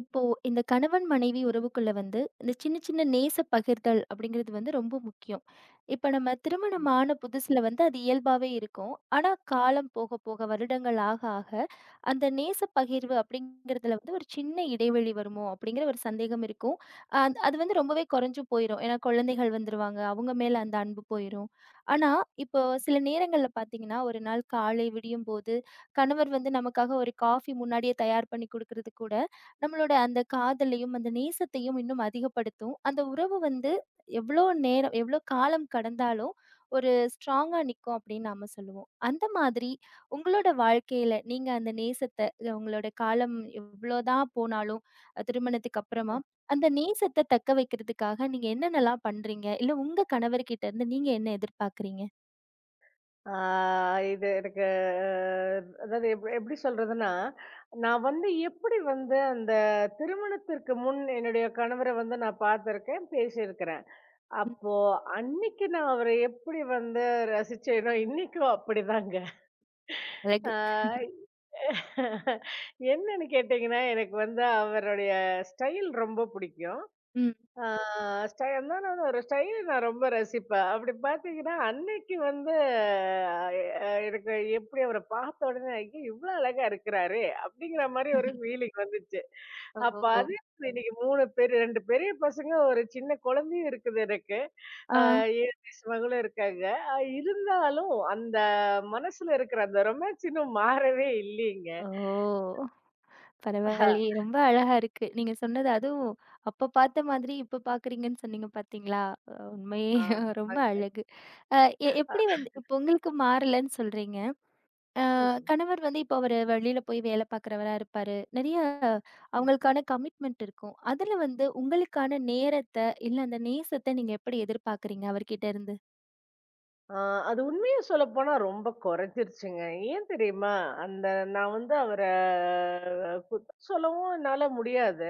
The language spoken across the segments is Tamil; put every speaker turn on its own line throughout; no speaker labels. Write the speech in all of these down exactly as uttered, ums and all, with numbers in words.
இப்போ இந்த கணவன் மனைவி உறவுக்குள்ள வந்து இந்த சின்ன சின்ன நேச பகிர்தல் அப்படிங்கிறது வந்து ரொம்ப முக்கியம். இப்ப நம்ம திருமணம் ஆன புதுசுல வந்து அது இயல்பாவே இருக்கும். ஆனா காலம் போக போக வருடங்கள் ஆக ஆக அந்த நேச பகிர்வு அப்படிங்கிறதுல வந்து ஒரு சின்ன இடைவெளி வருமோ அப்படிங்கிற ஒரு சந்தேகம் இருக்கும். அ அது வந்து ரொம்பவே குறைஞ்சு போயிரும். ஏன்னா குழந்தைகள் வந்துருவாங்க. அவங்க மேல அந்த அன்பு போயிரும். ஆனா இப்போ சில நேரங்கள்ல பார்த்தீங்கன்னா, ஒரு நாள் காலை விடியும்போது கணவர் வந்து நமக்காக ஒரு காஃபி முன்னாடியே தயார் பண்ணி குடுக்கறது கூட நம்மளோட அந்த காதலையும், அந்த நேசத்தையும் இன்னும் அதிகப்படுத்தும். அந்த உறவு வந்து எவ்ளோ நேரம், எவ்ளோ காலம் கடந்தாலும் ஒரு ஸ்ட்ராங்கா நிக்கும் அப்படின்னு நாம சொல்லுவோம். அந்த மாதிரி உங்களோட வாழ்க்கையில நீங்க அந்த நேசத்த உங்களோட காலம் எவ்ளோதான் போனாலும் அஹ் திருமணத்துக்கு அப்புறமா, அந்த நேசத்த தக்க வைக்கிறதுக்காக நீங்க என்னென்னலாம் பண்றீங்க? இல்ல உங்க கணவர்கிட்ட இருந்து நீங்க என்ன எதிர்பார்க்குறீங்க?
ஆ இது எனக்கு அஹ், அதாவது எப் எப்படி சொல்றதுன்னா, நான் வந்து எப்படி வந்து அந்த திருமணத்திற்கு முன் என்னுடைய கணவர வந்து நான் பார்த்திருக்கேன், பேசியிருக்கிறேன்.
ம்.
அப்போ அன்னைக்கு நான் அவர எப்படி வந்து ரசிச்சேனோ, இன்னைக்கும் அப்படிதாங்க.
அழகு.
ஆ என்னன்னு கேட்டீங்கன்னா, எனக்கு வந்து அவருடைய ஸ்டைல் ரொம்ப பிடிக்கும்.
ம்.
ஆ ஸ்டை நானும் ஒரு ஸ்டைல நான் ரொம்ப ரசிப்பேன். அப்படி பார்த்தீங்கன்னா, அன்னைக்கு வந்து அ அ, எனக்கு எப்படி அவர பார்த்த உடனே, "ஐயோ! இவ்ளோ அழகா இருக்கிறாரே!" அப்படிங்கிற மாரி ஒரு ஃபீலிங் வந்துச்சு. அப்ப
ஓ!
அது இன்னைக்கு மூன்று பேரு இரண்டு பெரிய பசங்க, ஒரு சின்ன குழந்தையும் இருக்குது எனக்கு.
ஆ.
அ ஏழு வயசு மகளும் இருக்காங்க. அ இருந்தாலும் அந்த மனசுல இருக்கிற அந்த ரொமான்ஸ் இன்னும் மாறவே இல்லைங்க.
ஓ!
ஆஹ.
பரவாயில்லையே! ரொம்ப அழகா இருக்கு. நீங்க சொன்னது அதுவும் அப்ப பார்த்த மாதிரி இப்ப பார்க்குறீங்கன்னு சொன்னீங்க பார்த்தீங்களா? அ உண்மையே ரொம்ப
ஆமாங்க.
அழகு. அ எ எப்படி வந்து இப்போ உங்களுக்கு மாறலன்னு சொல்றீங்க. அ
ம்.
கணவர் வந்து இப்போ அவரு வெளியில போய் வேலை பார்க்குறவரா இருப்பாரு. நிறைய அவங்களுக்கான கமிட்மெண்ட் இருக்கும். அதுல வந்து உங்களுக்கான நேரத்த, இல்ல அந்த நேசத்த நீங்க எப்படி எதிர்பார்க்குறீங்க அவர்கிட்ட இருந்து?
ஆ, அது உண்மைய சொல்லப்போனா ரொம்ப குறைஞ்சிருச்சுங்க. ஏன் தெரியுமா? அந்த நான் வந்து அவர குத்தம் சொல்லவும் என்னால முடியாது.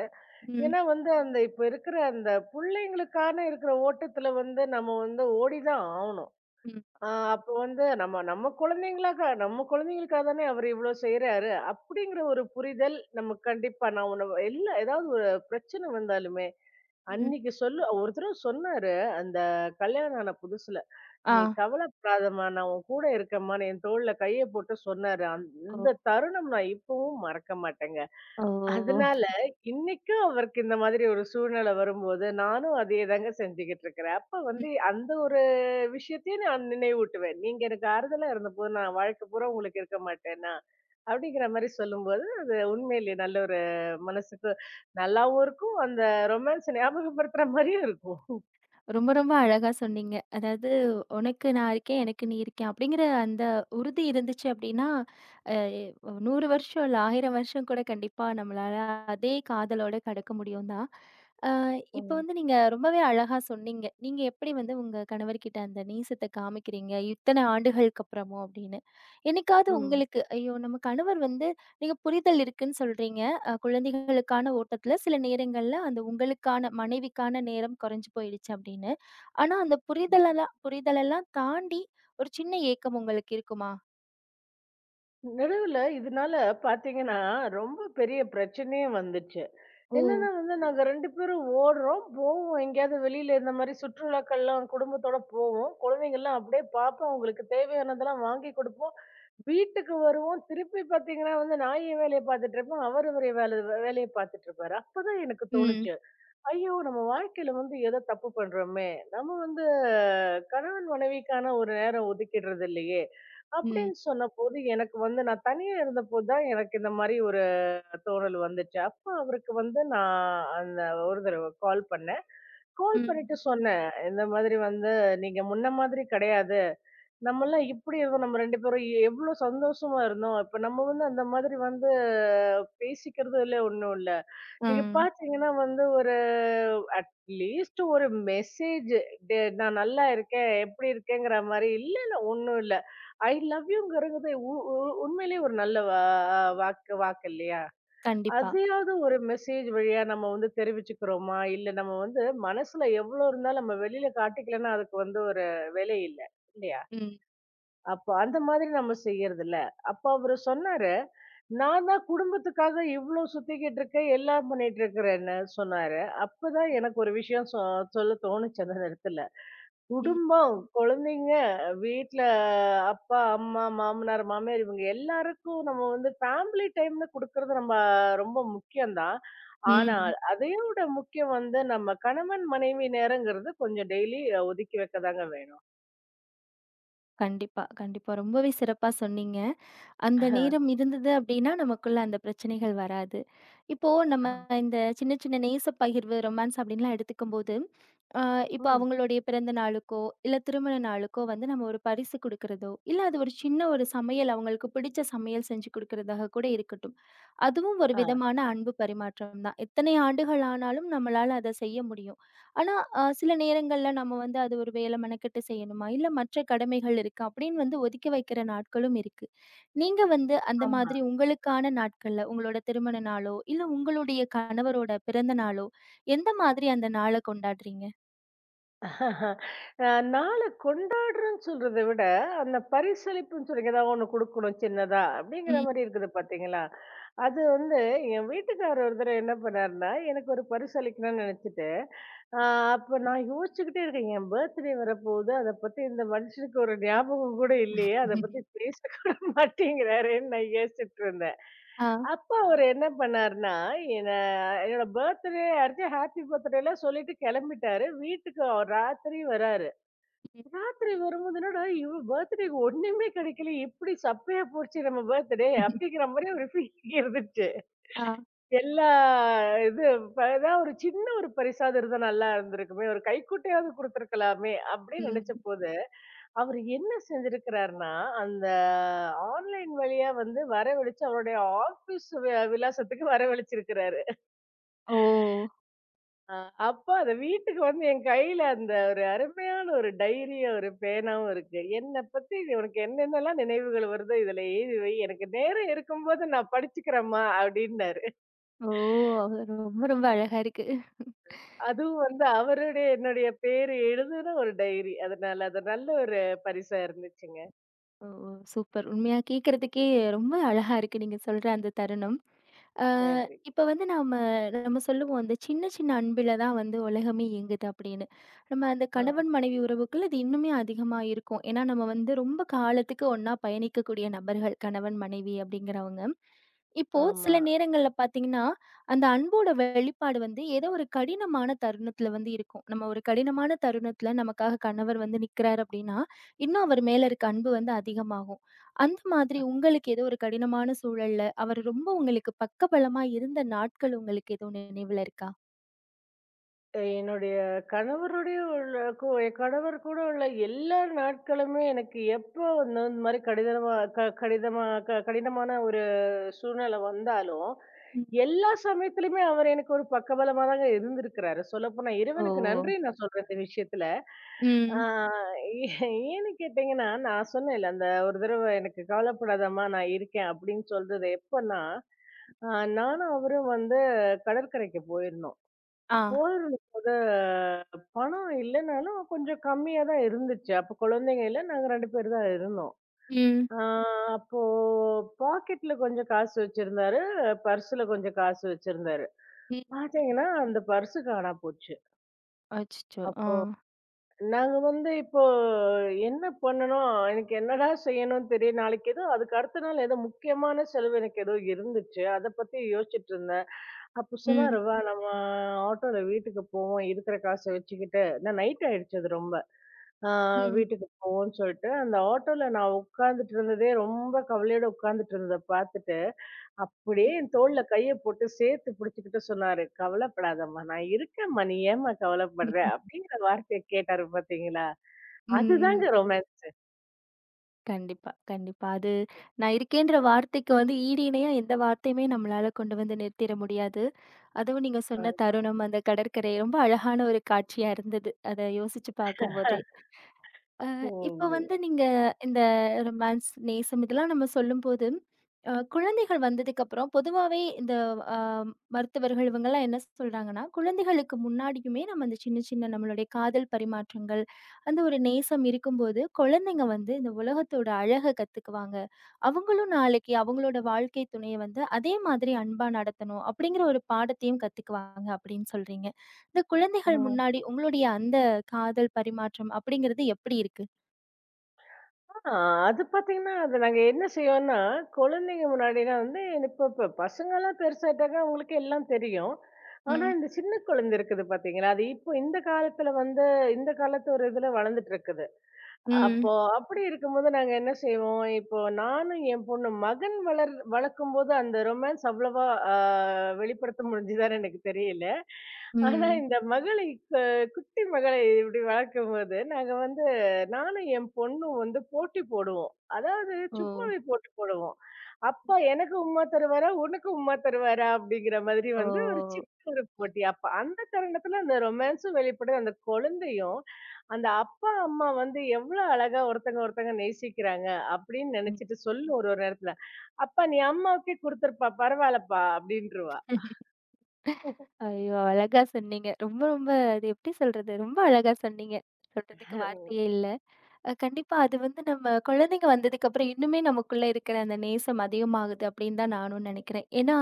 ம்,
ஏன்னா வந்து அந்த இப்ப இருக்கிற அந்த புள்ளைங்களுக்கான இருக்கிற ஓட்டத்துல வந்து நம்ம வந்து ஓடிதான் ஆவணும்.
ம்,
ஆ அப்ப வந்து நம்ம நம்ம குழந்தைங்களுக்கா நம்ம குழந்தைங்களுக்காக தானே அவரு இவ்ளோ செய்றாரு. அப்படிங்கிற ஒரு புரிதல் நமக்கு கண்டிப்பா நான் உன்ன எல்லா ஏதாவது ஒரு பிரச்சனை வந்தாலுமே
ம்.
அன்னைக்கு சொல்லு ஒரு தடவ சொன்னாரு, அந்த கல்யாணம் ஆன புதுசுல.
ஆ.
"நீ கவலைப்படாதம்மா, நான் உன் கூட இருக்கேம்மான்னு" என் தோள்ல கைய போட்டு சொன்னாரு.
ஓ!
அந்த தருணம் நான் இப்பவும் மறக்க மாட்டேங்க.
ஓ!
அதனால இன்னைக்கும் அவருக்கு இந்த மாதிரி ஒரு சூழ்நிலை வரும்போது, நானும் அதேதாங்க செஞ்சுகிட்டு இருக்கிறேன். அப்ப வந்து அந்த ஒரு விஷயத்தையும் நான் நினைவூட்டுவேன். "நீங்க எனக்கு ஆறுதலா இருந்தபோது, நான் வாழ்க்கை பூரா உங்களுக்கு இருக்க மாட்டேனா?" அப்படிங்கிற மாரி சொல்லும்போது, அது உண்மையிலேயே நல்ல ஒரு மனசுக்கு நல்லாவும் இருக்கும். அந்த ரொமான்ஸ ஞாபகப்படுத்துற மாரியும் இருக்கும்.
ரொம்ப, ரொம்ப அழகா சொன்னீங்க. அதாவது "உனக்கு நான் இருக்கேன், எனக்கு நீ இருக்கேன்" அப்படிங்கிற அந்த உறுதி இருந்துச்சு அப்படின்னா, அ நூறு வருஷம் இல்ல ஆயிரம் வருஷம் கூட கண்டிப்பா நம்மளால அதே காதலோட கடக்க முடியும் தான். அ இப்ப
ம்.
வந்து நீங்க ரொம்பவே அழகா சொன்னீங்க. நீங்க எப்படி வந்து உங்க கணவர்கிட்ட அந்த நேசத்த காமிக்கிறீங்க, இத்தனை ஆண்டுகளுக்கு அப்புறமும் அப்படின்னு. என்னைக்காவது
ம்.
உங்களுக்கு ஐயோ! நம்ம கணவர் வந்து நீங்க புரிதல் இருக்குன்னு சொல்றீங்க. அ குழந்தைகளுக்கான ஓட்டத்துல சில நேரங்கள்ல அந்த உங்களுக்கான மனைவிக்கான நேரம் குறைஞ்சு போயிடுச்சு அப்படின்னு. ஆனா அந்த புரிதலெல்லாம் புரிதலெல்லாம் தாண்டி ஒரு சின்ன ஏக்கம் உங்களுக்கு இருக்குமா?
நடுவுல இதனால பார்த்தீங்கன்னா, ரொம்ப பெரிய பிரச்சனையே வந்துச்சு.
ஓ!
என்னன்னா வந்து நாங்க இரண்டு பேரும் ஓடுறோம், போவோம் எங்கேயாவது வெளியில இந்த மாரி சுற்றுலாக்கள்லாம் குடும்பத்தோட போவோம். குழந்தைங்கலாம் அப்படியே பார்ப்போம், அவங்களுக்கு தேவையானதெல்லாம் வாங்கி குடுப்போம். வீட்டுக்கு வருவோம். திருப்பி பார்த்தீங்கன்னா வந்து நான் என் வேலைய பார்த்துட்டு இருப்பேன். அவர் அவரு வேல வேலைய பார்த்துட்டு இருப்பாரு. அப்பதான் எனக்கு
ம்.
தோணுச்சு. ஐயோ! நம்ம வாழ்க்கையில வந்து ஏதோ தப்பு பண்றோமே! நம்ம வந்து அஹ், கணவன் மனைவிக்கான ஒரு நேரம் ஒதுக்கிடுறது இல்லையே!
ம்.
அப்படின்னு சொன்னபோது எனக்கு வந்து நான் தனியா இருந்தபோது தான் எனக்கு இந்த மாரி ஒரு தோணல் வந்துச்சு. அப்ப அவருக்கு வந்து நான் அந்த ஒரு தடவ கால் பண்ணேன். கால்
ம்.
பண்ணிட்டு சொன்னேன். இந்த மாதிரி வந்து நீங்க முன்ன மாதிரி கிடையாது. நம்மலாம் இப்படி இருந்தோம். நம்ம இரண்டு பேரும் எவ்ளோ சந்தோஷமா இருந்தோம். இப்ப நம்ம வந்து அந்த மாதிரி வந்து பேசிக்கிறதுல ஒண்ணும் இல்ல. நீங்க
ம்.
பார்த்தீங்கன்னா வந்து ஒரு அட்லீஸ்ட் ஒரு மெசேஜ் டே நான் நல்லா இருக்கேன், எப்படி இருக்கேங்கிற மாரி, இல்ல இல்ல ஒண்ணும் இல்ல. ஐ லவ் யூங்கிறது உண்மையிலேயே ஒரு நல்ல வா வாக்கு வாக்கு இல்லையா?
கண்டிப்பா.
அதையாவது ஒரு மெசேஜ் வழியா நம்ம வந்து தெரிவிச்சுக்கிறோமா? இல்ல நம்ம வந்து மனசுல எவ்வளோ இருந்தாலும் நம்ம வெளியில காட்டிக்கலன்னா அதுக்கு வந்து ஒரு விலை இல்ல. இல்லையா?
ம்.
அப்ப அந்த மாதிரி நம்ம செய்யறதில்ல. அப்ப அவரு சொன்னாரு, "நான் தான் குடும்பத்துக்காக இவ்ளோ சுத்திக்கிட்டு இருக்கேன், எல்லாம் பண்ணிட்டு இருக்கிறேன்னு" சொன்னாரு. அப்பதான்
ம்.
எனக்கு ஒரு விஷயம் சொ சொல்ல தோணுச்சு அந்த நேரத்துல.
ம்.
குடும்பம், குழந்தைங்க, வீட்ல அப்பா, அம்மா, மாமனார், மாமியார் இவங்க எல்லாருக்கும் நம்ம வந்து ஃபேமிலி டைம்ல குடுக்கறது நம்ம ரொம்ப முக்கியம் தான். ஆனா,
ம்.
அதையும் விட முக்கியம் வந்து நம்ம கணவன், மனைவி நேரங்கிறது கொஞ்சம் டெய்லி ஒதுக்கி வைக்க தாங்க வேணும்.
கண்டிப்பா, கண்டிப்பா. ரொம்பவே சிறப்பா சொன்னீங்க. அந்த நேரம் இருந்தது அப்படின்னா, நமக்குள்ள அந்த பிரச்சனைகள் வராது. இப்போ நம்ம
ஆமா.
இந்த சின்ன சின்ன நேசப் பகிர்வு, ரொமான்ஸ் அப்படின்லாம் எடுத்துக்கும்போது, அ இப்போ
ம்.
அவங்களுடைய பிறந்த நாளுக்கோ, இல்ல திருமண நாளுக்கோ வந்து நம்ம ஒரு பரிசு குடுக்கிறதோ, இல்ல அது ஒரு சின்ன ஒரு சமையல் அவங்களுக்கு பிடிச்ச சமையல் செஞ்சு குடுக்கிறதாக கூட இருக்கட்டும். அதுவும் ஒரு
ஆ.
விதமான அன்பு பரிமாற்றம் தான். எத்தனை ஆண்டுகள் ஆனாலும் நம்மளால அத செய்ய முடியும். ஆனா, அ சில நேரங்கள்ல நம்ம வந்து அது ஒரு வேல மெனக்கெட்டு செய்யணுமா, இல்ல மற்ற கடமைகள் இருக்கு அப்படின்னு வந்து ஒதுக்கி வைக்கிற நாட்களும் இருக்கு. நீங்க வந்து அந்த
ஆமா.
மாதிரி உங்களுக்கான நாட்கள்ல, உங்களோட திருமண நாளோ, இல்ல உங்களுடைய கணவரோட பிறந்த நாளோ, எந்த மாதிரி அந்த நாள கொண்டாடுறீங்க?
அஹ் நாளை கொண்டாடுறேன்னு சொல்றதை விட அந்த பரிசளிப்புன்னு சொல்றீங்க ஏதாவது ஒண்ணு கொடுக்கணும் சின்னதா அப்படிங்கிற மாதிரி
ம்.
இருக்குது பாத்தீங்களா அது வந்து என் வீட்டுக்காரர் ஒரு தடவ என்ன பண்ணாருன்னா, எனக்கு ஒரு பரிசு அளிக்கணும்னு நினைச்சுட்டு, ஆ அப்ப நான் யோசிச்சுக்கிட்டே இருக்கேன். என் பர்த்டே வரப்போகுது. அத பத்தி இந்த மனுஷனுக்கு ஒரு ஞாபகம் கூட இல்லையே! அத பத்தி பேச கூட மாட்டேங்கிறாரேன்னு நான் யோசிச்சுட்டு இருந்தேன்.
ஆ.
அப்ப அவரு என்ன பண்ணாருன்னா, என்ன என்னோட பர்த்டே அடுத்து ஹேப்பி பர்த்டேலாம் சொல்லிட்டு கிளம்பிட்டாரு. வீட்டுக்கு அவர் ராத்திரி வராரு. ராத்திரி வரும்போது என்னடா இவ பர்த்டேக்கு ஒண்ணுமே கிடைக்கல எப்படி சப்பையா போச்சு நம்ம பர்த்டே அப்படிங்கிற மாதிரி ஒரு ஃபீலிங் இருந்துச்சு
ஆ.
எல்லா இது இப்ப ஏதாவது ஒரு சின்ன ஒரு பரிசாவது இருந்தா நல்லா இருந்திருக்குமே ஒரு கைக்குட்டையாவது கொடுத்துருக்கலாமே அப்படின்னு நினைச்ச
ம்.
போது அவர் என்ன செஞ்சிருக்கிறாருன்னா அந்த ஆன்லைன் வழியா வந்து வரவழைச்சு அவருடைய ஆபீஸ் விலாசத்துக்கு வரவழைச்சிருக்கிறாரு
ஓ!
அ அப்ப அது வீட்டுக்கு வந்து என் கையில அந்த ஒரு அருமையான ஒரு டைரியும், ஒரு பேனாவும் இருக்கு. என்ன பத்தி இது உனக்கு என்னென்னலாம் நினைவுகள் வருதோ இதுல எழுதி வை. எனக்கு நேரம் இருக்கும்போது நான் படிச்சுக்கிறேம்மா அப்டின்னாரு.
ஓ! ரொம்ப ரொம்ப அழகா இருக்கு.
அதுவும் வந்து அவருடைய என்னுடைய பேரு எழுதுன ஒரு டைரி. அதனால அது நல்ல ஒரு பரிசா இருந்துச்சுங்க.
ஓ! ஓ! சூப்பர். உண்மையா கேட்கறதுக்கே ரொம்ப அழகா இருக்கு நீங்க சொல்ற அந்த தருணம். அ
நன்றி.
இப்ப வந்து நம்ம நம்ம சொல்லுவோம், "அந்த சின்ன சின்ன அன்பில தான் வந்து உலகமே இயங்குது" அப்படின்னு. நம்ம அந்த
ஆ,
கணவன் மனைவி உறவுக்குள்ள இது இன்னுமே அதிகமா இருக்கும். ஏன்னா, நம்ம வந்து ரொம்ப காலத்துக்கு ஒண்ணா பயணிக்கக்கூடிய நபர்கள், கணவன் மனைவி அப்படிங்கிறவங்க. இப்போ சில
ஆமா.
நேரங்கள்ல பார்த்தீங்கன்னா, அந்த அன்போட வெளிப்பாடு வந்து ஏதோ ஒரு கடினமான தருணத்துல வந்து இருக்கும். நம்ம ஒரு கடினமான தருணத்துல நமக்காக கணவர் வந்து நிக்கிறாரு அப்படின்னா, இன்னும் அவர் மேல இருக்க அன்பு வந்து அதிகமாகும். அந்த மாதிரி உங்களுக்கு ஏதோ ஒரு கடினமான சூழல்ல, அவர் ரொம்ப உங்களுக்கு பக்கபலமா இருந்த நாட்கள் உங்களுக்கு எதுவும் நினைவுல இருக்கா?
என்னுடைய கணவருடைய உள்ள கு என் கணவர் கூட உள்ள எல்லா நாட்களுமே எனக்கு எப்போ வந்து இந்த மாரி கடிதமா க கடிதமா க கடினமான சூழ்நிலை வந்தாலும்,
ம்.
எல்லா சமயத்திலுமே அவர் எனக்கு ஒரு பக்கபலமா தாங்க இருந்திருக்கிறாரு. சொல்லப்போனா
ஓ!
இறைவனுக்கு நன்றி நான் சொல்றேன் இந்த விஷயத்துல. ஆ
ம்.
ஏ ஏன்னு கேட்டீங்கன்னா, நான் சொன்னேன்ல அந்த ஒரு தடவ எனக்கு கவலைப்படாதம்மா நான் இருக்கேன் அப்படின்னு சொல்றது எப்பன்னா, அ நானும் அவரும் வந்து கடற்கரைக்கு போயிருந்தோம்.
ஆ.
போயிருந்தபோது பணம் இல்லன்னாலும் கொஞ்சம் கம்மியா தான் இருந்துச்சு. அப்ப குழந்தைங்க இல்ல. நாங்க இரண்டு பேர் தான் இருந்தோம்.
ம்.
ஆ அப்போ பாக்கெட்ல கொஞ்சம் காசு வச்சிருந்தாரு. பர்ஸ்ல கொஞ்சம் காசு வச்சிருந்தாரு.
ம்.
பாத்தீங்கன்னா, அந்த பர்ஸ் காணாம போச்சு.
அச்சச்சோ! ஆ.
அப்போ நாங்க வந்து இப்போ என்ன பண்ணணும்? எனக்கு என்னடா செய்யணும்னு தெரியும். நாளைக்கு ஏதோ அதுக்கு அடுத்த நாள் ஏதோ முக்கியமான செலவு எனக்கு ஏதோ இருந்துச்சு. அத பத்தி யோசிச்சுட்டு இருந்தேன். அப்ப
ம்.
சொன்னாரு, "வா நம்ம ஆட்டோல வீட்டுக்கு போவோம். இருக்கிற காச வச்சுக்கிட்டு" நான் நைட் ஆயிடுச்சு அது ரொம்ப. ஆ
ம்.
வீட்டுக்கு போவோம்ன்னு சொல்லிட்டு, அந்த ஆட்டோல நான் உட்கார்ந்துட்டு இருந்ததே ரொம்ப கவலையோட உட்கார்ந்துட்டு இருந்தத பார்த்துட்டு அப்படியே என் தோள்ல கைய போட்டு சேர்த்து புடிச்சுக்கிட்டு சொன்னாரு. "கவலைப்படாதம்மா, நான் இருக்கேம்மா. நீ ஏம்மா கவலைப்படுற?" அப்படிங்கிற வார்த்தைய கேட்டாரு பார்த்தீங்களா? அதுதாங்க
ம்.
ரொமான்ஸு.
கண்டிப்பா, கண்டிப்பா. அது நான் இருக்கேன்ற வார்த்தைக்கு வந்து ஈடு இணையா எந்த வார்த்தையுமே நம்மளால கொண்டு வந்து நிறுத்திற முடியாது. அதுவும் நீங்க
ஆ.
சொன்ன தருணம், அந்த கடற்கரை ரொம்ப அழகான ஒரு காட்சியா இருந்தது. அத யோசிச்சு பார்க்கும்போதே. அ இப்ப
ம்.
வந்து நீங்க இந்த ரொமான்ஸ், நேசம் இதெல்லாம் நம்ம சொல்லும்போது, அ குழந்தைகள் வந்ததுக்கப்புறம் பொதுவாவே இந்த அ மருத்துவர்கள் இவங்கலாம் என்ன சொல்றாங்கன்னா, குழந்தைகளுக்கு முன்னாடியுமே நம்ம அந்த சின்ன சின்ன நம்மளுடைய காதல் பரிமாற்றங்கள், அந்த ஒரு நேசம் இருக்கும்போது, குழந்தைங்க வந்து இந்த உலகத்தோட அழக கத்துக்குவாங்க. அவங்களும் நாளைக்கு அவங்களோட வாழ்க்கை துணைய வந்து அதே மாதிரி அன்பா நடத்தணும் அப்படிங்கிற ஒரு பாடத்தையும் கத்துக்குவாங்க அப்படின்னு சொல்றீங்க. இந்த குழந்தைகள்
ம்.
முன்னாடி உங்களுடைய அந்த காதல் பரிமாற்றம் அப்படிங்கிறது எப்படி இருக்கு?
ஆ அது பார்த்தீங்கன்னா, அது நாங்க என்ன செய்வோம்னா, குழந்தைங்க முன்னாடிலாம் வந்து இப்ப இப்ப பசங்கலாம் பெருசாயிட்டாங்க, அவங்களுக்கு எல்லாம் தெரியும். ஆனா,
ம்.
இந்த சின்ன குழந்தை இருக்குது பார்த்தீங்களா, அது இப்போ இந்த காலத்துல வந்து இந்த காலத்து ஒரு இதுல வளர்ந்துட்டு இருக்குது. அப்போ
ம்.
அப்படி இருக்கும்போது நாங்க என்ன செய்வோம், இப்போ நானும் என் பொண்ணு மகன் வளர் வளர்க்கும்போது அந்த ரொமான்ஸ் அவ்வளவா அ வெளிப்படுத்த முடிஞ்சுதான்னு எனக்கு தெரியல. ஆனா
ம்.
இந்த மகளை க குட்டி மகளை இப்படி வளர்க்கும்போது, நாங்க வந்து நானும் என் பொண்ணும் வந்து போட்டி போடுவோம். அதாவது
ஓ!
சும்மாவே போட்டி போடுவோம். "அப்பா எனக்கு உம்மா தருவாரா, உனக்கு உம்மா தருவாரா?" அப்படிங்கிற மாதிரி வந்து ஒரு
ஓ!
சின்ன ஒரு போட்டி. அப்ப அந்த தருணத்தில அந்த ரொமான்ஸும் வெளிப்படுது. அந்த குழந்தையும் அந்த அப்பா, அம்மா வந்து எவ்ளோ அழகா ஒருத்தங்க ஒருத்தங்க நேசிக்கிறாங்க அப்படின்னு
ம்.
நினைச்சுட்டு சொல்லும் ஒரு ஒரு நேரத்துல. "அப்பா நீ அம்மாவுக்கே குடுத்துருப்பா, பரவால்லப்பா" அப்படின்ருவா.
ஐயோ! அழகா சொன்னீங்க. ரொம்ப ரொம்ப அது எப்படி சொல்றது? ரொம்ப அழகா சொன்னீங்க. சொல்றதுக்கு
அ.
வார்த்தையே இல்ல. அ கண்டிப்பா. அது வந்து நம்ம குழந்தைங்க வந்ததுக்கப்புறம் இன்னுமே நமக்குள்ள இருக்கிற அந்த நேசம் அதிகமாகுது அப்படின்னு தான் நானும் நினைக்கிறேன். ஏன்னா,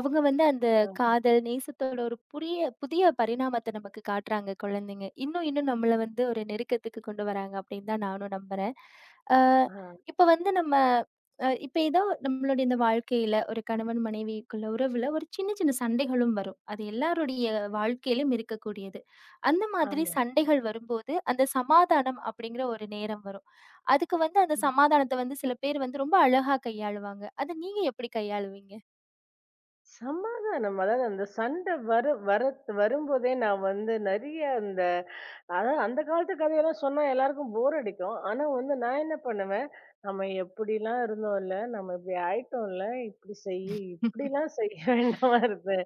அவங்க வந்து அந்த காதல், நேசத்தோட ஒரு புரிய புதிய பரிணாமத்த நமக்கு காட்டுறாங்க குழந்தைங்க. இன்னும் இன்னும் நம்மள வந்து ஒரு நெருக்கத்துக்கு கொண்டு வராங்க அப்படின்னு தான் நானும் நம்புறேன். அ இப்ப வந்து நம்ம அ இப்ப ஏதோ நம்மளுடைய இந்த வாழ்க்கையில ஒரு கணவன் மனைவிக்குள்ள உறவுல ஒரு சின்ன சின்ன சண்டைகளும் வரும். அது எல்லாருடைய வாழ்க்கையிலும் இருக்கக்கூடியது. அந்த மாதிரி
ஆமா.
சண்டைகள் வரும்போது, அந்த சமாதானம் அப்படிங்கிற ஒரு நேரம் வரும். அதுக்கு வந்து அந்த சமாதானத்த வந்து சில பேர் வந்து ரொம்ப அழகா கையாளுவாங்க. அத நீங்க எப்படி கையாளுவீங்க?
சமாதானம். அதாவது அந்த சண்டை வரு வரத் வரும்போதே நான் வந்து நெறைய அந்த அதாவது அந்த காலத்து கதையெல்லாம் சொன்னா எல்லாருக்கும் போர் அடிக்கும். ஆனா வந்து நான் என்ன பண்ணுவேன், நம்ம எப்படிலாம் இருந்தோம்ல, நம்ம இப்படி ஆயிட்டோம்ல, இப்படி செய்யி இப்படிலாம் செய்ய வேண்டாமா இருக்கு.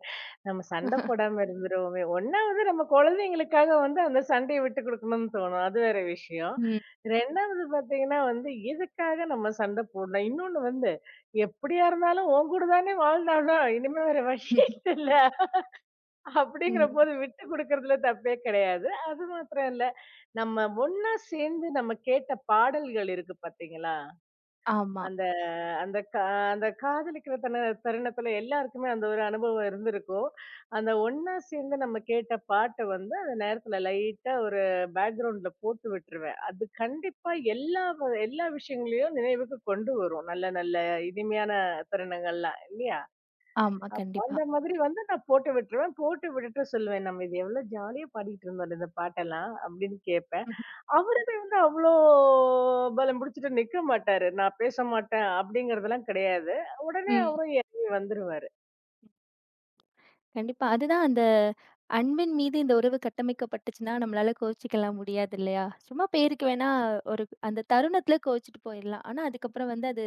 நம்ம சண்டை போடாம இருந்துருவோமே. ஒண்ணாவது நம்ம குழந்தைங்களுக்காக வந்து அந்த சண்டைய விட்டு குடுக்கணும்னு தோணும். அது வேற விஷயம்.
ம்.
இரண்டாவது பார்த்தீங்கன்னா வந்து எதுக்காக நம்ம சண்டை போடணும். இன்னொன்னு வந்து எப்படியா இருந்தாலும் உன் கூட தானே வாழ்ந்தாலும், இனிமே வேற வழி இல்ல.
ம்.
அப்படிங்கிறபோது விட்டு குடுக்கறதுல தப்பே கிடையாது. அது மாத்திரம் இல்ல, நம்ம ஒண்ணா சேர்ந்து நம்ம கேட்ட பாடல்கள் இருக்கு பார்த்தீங்களா?
ஆமா,
அந்த அந்த கா அந்த காதலிக்கிற தன தருணத்துல எல்லாருக்குமே அந்த ஒரு அனுபவம் இருந்திருக்கும். அந்த ஒண்ணா சேர்ந்து நம்ம கேட்ட பாட்ட வந்து அந்த நேரத்துல லைட்டா ஒரு பேக்கிரவுண்ட்ல போட்டு விட்டுருவேன். அது கண்டிப்பா எல்லா வ எல்லா விஷயங்களையும் நினைவுக்கு கொண்டு வரும். நல்ல நல்ல இனிமையான தருணங்கள்லாம் இல்லையா?
ஆமா.
அப்ப
கண்டிப்பா.
அந்த மாதிரி வந்து நான் போட்டு விட்டுருவேன். போட்டு விட்டுட்டு சொல்லுவேன், "நம்ம இது எவ்வளோ ஜாலியா பாடிட்டு இருந்தோம் இந்த பாட்டெல்லாம்" அப்படின்னு கேட்பேன். அவருமே வந்து அவ்ளோ பலம் பிடிச்சுட்டு நிக்க மாட்டாரு. நான் பேச மாட்டேன் அப்படிங்கிறதெல்லாம் கிடையாது. உடனே
ம்.
அவரும் இறங்கி வந்துருவாரு.
கண்டிப்பா. அதுதான் அந்த அன்பின் மீது இந்த உறவு கட்டமைக்கப்பட்டுச்சுன்னா, நம்மளால கோவிச்சுக்கலாம் முடியாது இல்லையா? சும்மா பேருக்கு வேணா ஒரு அந்த தருணத்தில கோவிச்சுட்டு போயிரலாம். ஆனா, அதுக்கப்புறம் வந்து அது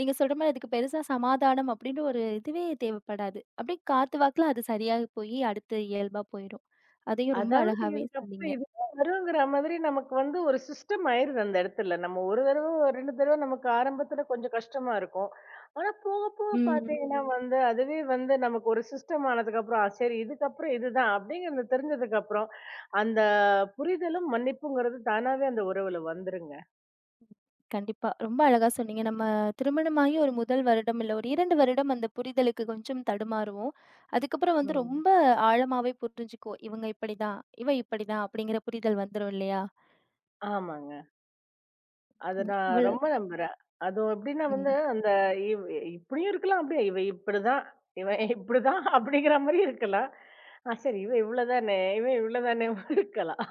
நீங்க சொல்ற மாரி அதுக்கு பெருசா சமாதானம் அப்டின்ற ஒரு இதுவே தேவைப்படாது. அப்டியே காத்து வாக்குல அது சரியா போயி அடுத்து இயல்பா போயிரும். அதையும் ரொம்ப
அதாவது
அழகாவே சொன்னீங்க.
இதுக்கப்புறம் இதுதான் வருங்கிற மாதிரி நமக்கு வந்து ஒரு சிஸ்டம் ஆயிருது அந்த இடத்துல. நம்ம ஒரு தடவ, இரண்டு தடவ நமக்கு ஆரம்பத்துல கொஞ்சம் கஷ்டமா இருக்கும். ஆனா போக போக
ம்.
பார்த்தீங்கன்னா வந்து அதுவே வந்து நமக்கு ஒரு சிஸ்டம் ஆனதுக்கப்புறம், "ஆ சரி இதுக்கப்புறம் இதுதான்" அப்படிங்கிறது தெரிஞ்சதுக்கப்புறம், அந்த புரிதலும் மன்னிப்புங்கிறது தானாவே அந்த உறவுல வந்துருங்க.
கண்டிப்பா. ரொம்ப அழகா சொன்னீங்க. நம்ம திருமணமாகி ஒரு முதல் வருடம், இல்ல ஒரு இரண்டு வருடம் அந்த புரிதலுக்கு கொஞ்சம் தடுமாறுவோம். அதுக்கப்புறம் வந்து
ம்.
ரொம்ப ஆழமாவே புரிஞ்சுக்குவோம். இவங்க இப்படிதான், இவ இப்படிதான் அப்படிங்கிற புரிதல் வந்துரும் இல்லையா?
ஆமாங்க. அத
ம்
நான்
இவ்வளோ
ரொம்ப நம்புறேன். அதுவும் எப்படின்னா வந்து,
ம்.
அந்த இவ் இப்படியும் இருக்கலாம், அப்படியே இவ இப்படிதான், இவன் இப்படிதான் அப்படிங்கிற மாரி இருக்கலாம். ஆ சரி, இவ இவ்வளதானே, இவன் இவ்வளதானேவும் இருக்கலாம்.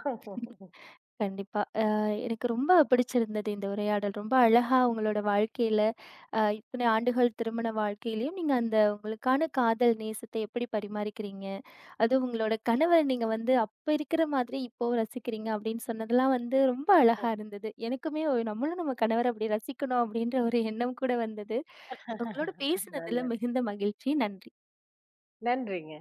கண்டிப்பா. அ எனக்கு ரொம்ப பிடிச்சிருந்தது இந்த உரையாடல். ரொம்ப அழகா உங்களோட வாழ்க்கையில அ இத்தனை ஆண்டுகள் திருமண வாழ்க்கையிலயும் நீங்க அந்த உங்களுக்கான காதல் நேசத்தை எப்படி பரிமாறிக்கிறீங்க? அதுவும் உங்களோட கணவர நீங்க வந்து அப்ப இருக்கிற மாதிரி இப்பவும் ரசிக்கிறீங்க அப்படின்னு சொன்னதெல்லாம் வந்து ரொம்ப அழகா இருந்தது. எனக்குமே ஒ நம்மளும் நம்ம கணவர அப்படி ரசிக்கணும் அப்படின்ற ஒரு எண்ணம் கூட வந்தது. உங்களோட பேசினதுல
நல்லது.
மிகுந்த மகிழ்ச்சி. நன்றி.
நன்றிங்க.